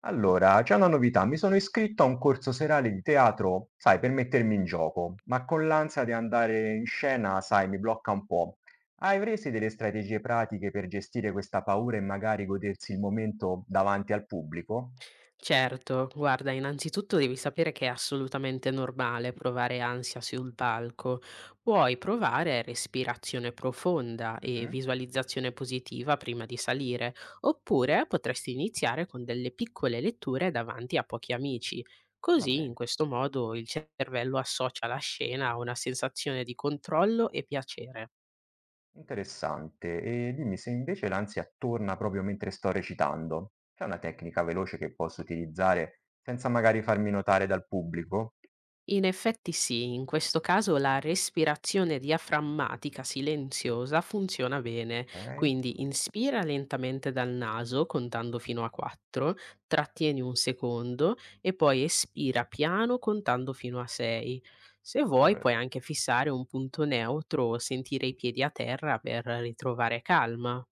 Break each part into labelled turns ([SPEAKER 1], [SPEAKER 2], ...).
[SPEAKER 1] Allora, c'è una novità, mi sono iscritto a un corso serale di teatro, sai, per mettermi in gioco, ma con l'ansia di andare in scena, sai, mi blocca un po'. Avresti delle strategie pratiche per gestire questa paura e magari godersi il momento davanti al pubblico?
[SPEAKER 2] Certo, guarda, innanzitutto devi sapere che è assolutamente normale provare ansia sul palco. Puoi provare respirazione profonda e
[SPEAKER 1] Mhm.
[SPEAKER 2] visualizzazione positiva prima di salire, oppure potresti iniziare con delle piccole letture davanti a pochi amici.
[SPEAKER 1] Va
[SPEAKER 2] Così, in
[SPEAKER 1] bene,
[SPEAKER 2] questo modo, il cervello associa la scena a una sensazione di controllo e piacere.
[SPEAKER 1] interessante. E dimmi se invece l'ansia torna proprio mentre sto recitando. C'è una tecnica veloce che posso utilizzare senza magari farmi notare dal pubblico?
[SPEAKER 2] In effetti sì, in questo caso la respirazione diaframmatica silenziosa funziona bene,
[SPEAKER 1] Ok,
[SPEAKER 2] quindi inspira lentamente dal naso contando fino a 4, trattieni un secondo e poi espira piano contando fino a 6. Se vuoi puoi
[SPEAKER 1] proverò.
[SPEAKER 2] anche fissare un punto neutro o sentire i piedi a terra per ritrovare calma.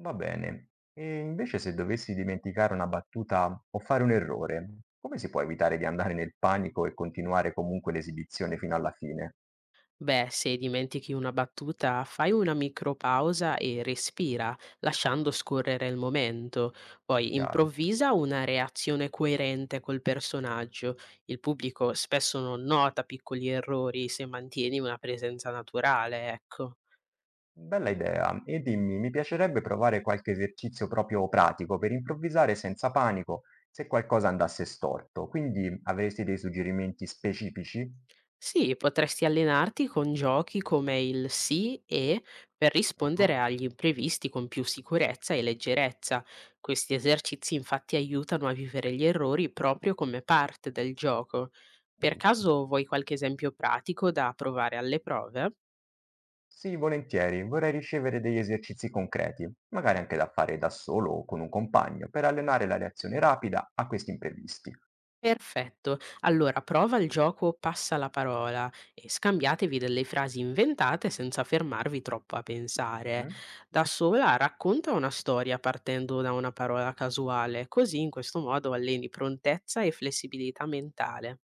[SPEAKER 1] Va bene. E invece se dovessi dimenticare una battuta o fare un errore, come si può evitare di andare nel panico e continuare comunque l'esibizione fino alla fine?
[SPEAKER 2] Beh, se dimentichi una battuta, fai una micropausa e respira, lasciando scorrere il momento. Poi
[SPEAKER 1] Chiaro.
[SPEAKER 2] improvvisa una reazione coerente col personaggio. Il pubblico spesso non nota piccoli errori se mantieni una presenza naturale, ecco.
[SPEAKER 1] Bella idea. E dimmi, mi piacerebbe provare qualche esercizio proprio pratico per improvvisare senza panico se qualcosa andasse storto. Quindi avresti dei suggerimenti specifici?
[SPEAKER 2] Sì, potresti allenarti con giochi come il sì e, per
[SPEAKER 1] Ah.
[SPEAKER 2] rispondere agli imprevisti con più sicurezza e leggerezza. Questi esercizi infatti aiutano a vivere gli errori proprio come parte del gioco. Per
[SPEAKER 1] Giusto.
[SPEAKER 2] caso vuoi qualche esempio pratico da provare alle prove?
[SPEAKER 1] Sì, volentieri, vorrei ricevere degli esercizi concreti, magari anche da fare da solo o con un compagno, per allenare la reazione rapida a questi imprevisti.
[SPEAKER 2] Perfetto. Allora prova il gioco "Passa la parola" e scambiatevi delle frasi inventate senza fermarvi troppo a pensare.
[SPEAKER 1] Mhm.
[SPEAKER 2] Da sola racconta una storia partendo da una parola casuale, così, in questo modo, alleni prontezza e flessibilità mentale.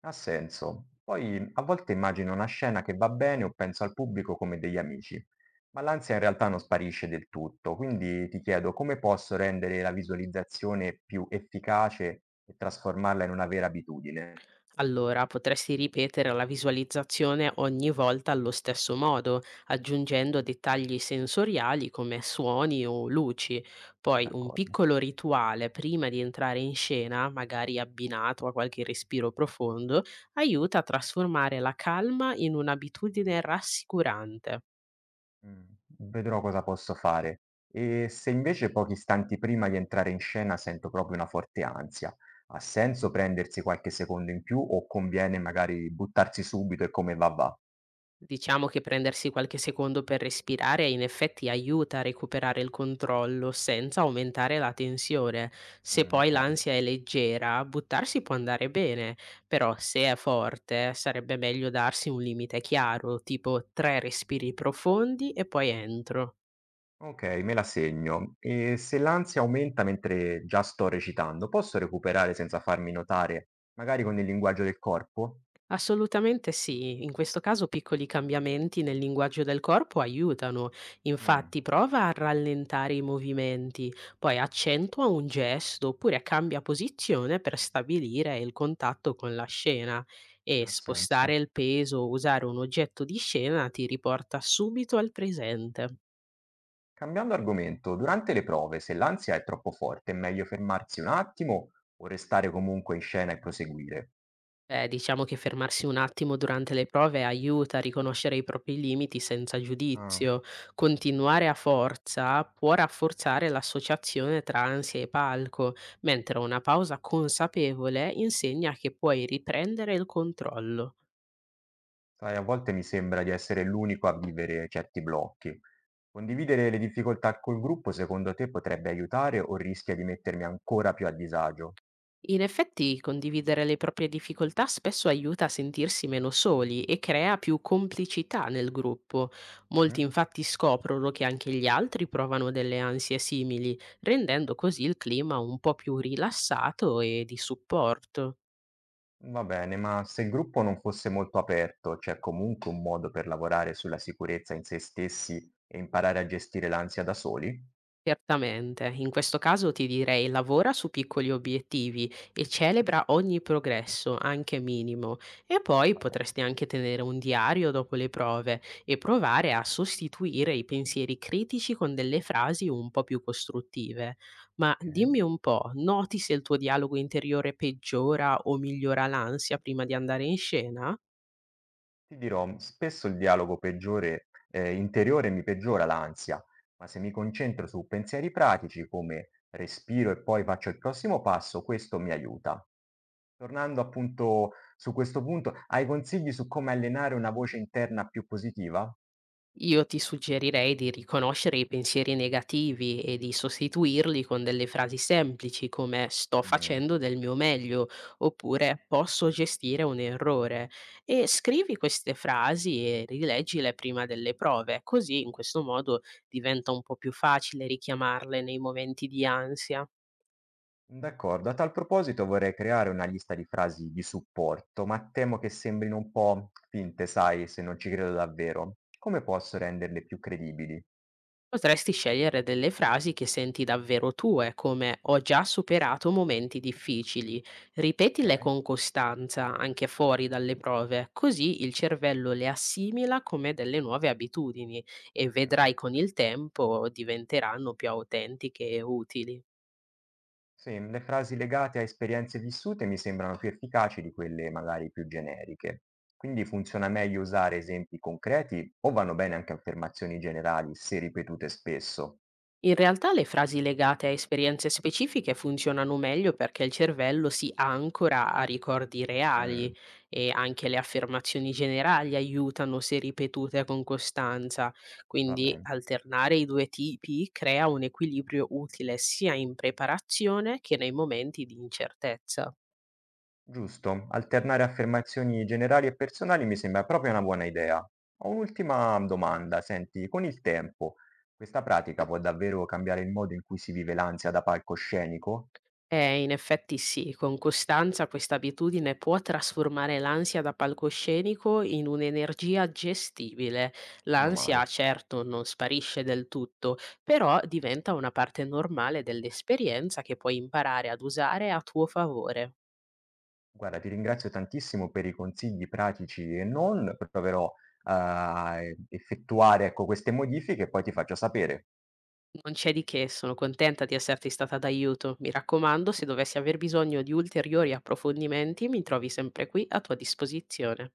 [SPEAKER 1] Ha senso. Poi a volte immagino una scena che va bene o penso al pubblico come degli amici, ma l'ansia in realtà non sparisce del tutto, quindi ti chiedo come posso rendere la visualizzazione più efficace e trasformarla in una vera abitudine.
[SPEAKER 2] Allora, potresti ripetere la visualizzazione ogni volta allo stesso modo, aggiungendo dettagli sensoriali come suoni o luci. Poi un
[SPEAKER 1] D'accordo.
[SPEAKER 2] piccolo rituale prima di entrare in scena, magari abbinato a qualche respiro profondo, aiuta a trasformare la calma in un'abitudine rassicurante.
[SPEAKER 1] Mh, vedrò cosa posso fare. E se invece pochi istanti prima di entrare in scena sento proprio una forte ansia, ha senso prendersi qualche secondo in più o conviene magari buttarsi subito e come va va?
[SPEAKER 2] Diciamo che prendersi qualche secondo per respirare in effetti aiuta a recuperare il controllo senza aumentare la tensione. Se poi
[SPEAKER 1] Okay.
[SPEAKER 2] l'ansia è leggera, buttarsi può andare bene, però se è forte sarebbe meglio darsi un limite chiaro, tipo tre respiri profondi e poi entro.
[SPEAKER 1] Okay, me la segno. E se l'ansia aumenta mentre già sto recitando, posso recuperare senza farmi notare, magari con il linguaggio del corpo?
[SPEAKER 2] Assolutamente sì, in questo caso piccoli cambiamenti nel linguaggio del corpo aiutano.
[SPEAKER 1] Mh,
[SPEAKER 2] Infatti, prova a rallentare i movimenti, poi accentua un gesto oppure cambia posizione per stabilire il contatto con la scena, e
[SPEAKER 1] ha
[SPEAKER 2] spostare
[SPEAKER 1] senso.
[SPEAKER 2] il peso o usare un oggetto di scena ti riporta subito al presente.
[SPEAKER 1] Cambiando argomento, durante le prove, se l'ansia è troppo forte, è meglio fermarsi un attimo o restare comunque in scena e proseguire?
[SPEAKER 2] Beh, diciamo che fermarsi un attimo durante le prove aiuta a riconoscere i propri limiti senza
[SPEAKER 1] Ah,
[SPEAKER 2] giudizio. Continuare a forza può rafforzare l'associazione tra ansia e palco, mentre una pausa consapevole insegna che puoi riprendere il controllo.
[SPEAKER 1] sai, a volte mi sembra di essere l'unico a vivere certi blocchi. Condividere le difficoltà col gruppo, secondo te, potrebbe aiutare o rischia di mettermi ancora più a disagio?
[SPEAKER 2] In effetti, condividere le proprie difficoltà spesso aiuta a sentirsi meno soli e crea più complicità nel gruppo. Molti
[SPEAKER 1] Mhm.
[SPEAKER 2] infatti scoprono che anche gli altri provano delle ansie simili, rendendo così il clima un po' più rilassato e di supporto.
[SPEAKER 1] Va bene, ma se il gruppo non fosse molto aperto, c'è comunque un modo per lavorare sulla sicurezza in se stessi e imparare a gestire l'ansia da soli?
[SPEAKER 2] Certamente, in questo caso ti direi: lavora su piccoli obiettivi e celebra ogni progresso, anche minimo, e poi
[SPEAKER 1] Va
[SPEAKER 2] potresti
[SPEAKER 1] bene,
[SPEAKER 2] anche tenere un diario dopo le prove e provare a sostituire i pensieri critici con delle frasi un po' più costruttive. Ma
[SPEAKER 1] ok.
[SPEAKER 2] dimmi un po', noti se il tuo dialogo interiore peggiora o migliora l'ansia prima di andare in scena?
[SPEAKER 1] Ti dirò, spesso il dialogo peggiore, interiore mi peggiora l'ansia, ma se mi concentro su pensieri pratici come respiro e poi faccio il prossimo passo, questo mi aiuta. Tornando appunto su questo punto, hai consigli su come allenare una voce interna più positiva?
[SPEAKER 2] Io ti suggerirei di riconoscere i pensieri negativi e di sostituirli con delle frasi semplici, come "sto
[SPEAKER 1] Mm.
[SPEAKER 2] facendo del mio meglio" oppure "posso gestire un errore", e scrivi queste frasi e rileggile prima delle prove, così, in questo modo, diventa un po' più facile richiamarle nei momenti di ansia.
[SPEAKER 1] D'accordo, a tal proposito vorrei creare una lista di frasi di supporto, ma temo che sembrino un po' finte, sai, se non ci credo davvero. Come posso renderle più credibili?
[SPEAKER 2] Potresti scegliere delle frasi che senti davvero tue, come "ho già superato momenti difficili".
[SPEAKER 1] Ok.
[SPEAKER 2] Ripetile con costanza, anche fuori dalle prove, così il cervello le assimila come delle nuove abitudini, e
[SPEAKER 1] Mm.
[SPEAKER 2] vedrai, con il tempo diventeranno più autentiche e utili.
[SPEAKER 1] Sì, le frasi legate a esperienze vissute mi sembrano più efficaci di quelle magari più generiche. Quindi funziona meglio usare esempi concreti o vanno bene anche affermazioni generali se ripetute spesso?
[SPEAKER 2] In realtà le frasi legate a esperienze specifiche funzionano meglio, perché il cervello si ancora a ricordi
[SPEAKER 1] Mm,
[SPEAKER 2] reali, e anche le affermazioni generali aiutano se ripetute con costanza,
[SPEAKER 1] va
[SPEAKER 2] quindi
[SPEAKER 1] bene.
[SPEAKER 2] alternare i due tipi crea un equilibrio utile, sia in preparazione che nei momenti di incertezza.
[SPEAKER 1] Giusto, alternare affermazioni generali e personali mi sembra proprio una buona idea. Ho un'ultima domanda, senti, con il tempo, questa pratica può davvero cambiare il modo in cui si vive l'ansia da palcoscenico?
[SPEAKER 2] In effetti sì, con costanza questa abitudine può trasformare l'ansia da palcoscenico in un'energia gestibile.
[SPEAKER 1] Meno male.
[SPEAKER 2] L'ansia certo non sparisce del tutto, però diventa una parte normale dell'esperienza, che puoi imparare ad usare a tuo favore.
[SPEAKER 1] Guarda, ti ringrazio tantissimo per i consigli pratici e non, proverò a effettuare, ecco, queste modifiche e poi ti faccio sapere.
[SPEAKER 2] Non c'è di che, sono contenta di esserti stata d'aiuto. Mi raccomando, se dovessi aver bisogno di ulteriori approfondimenti, mi trovi sempre qui a tua disposizione.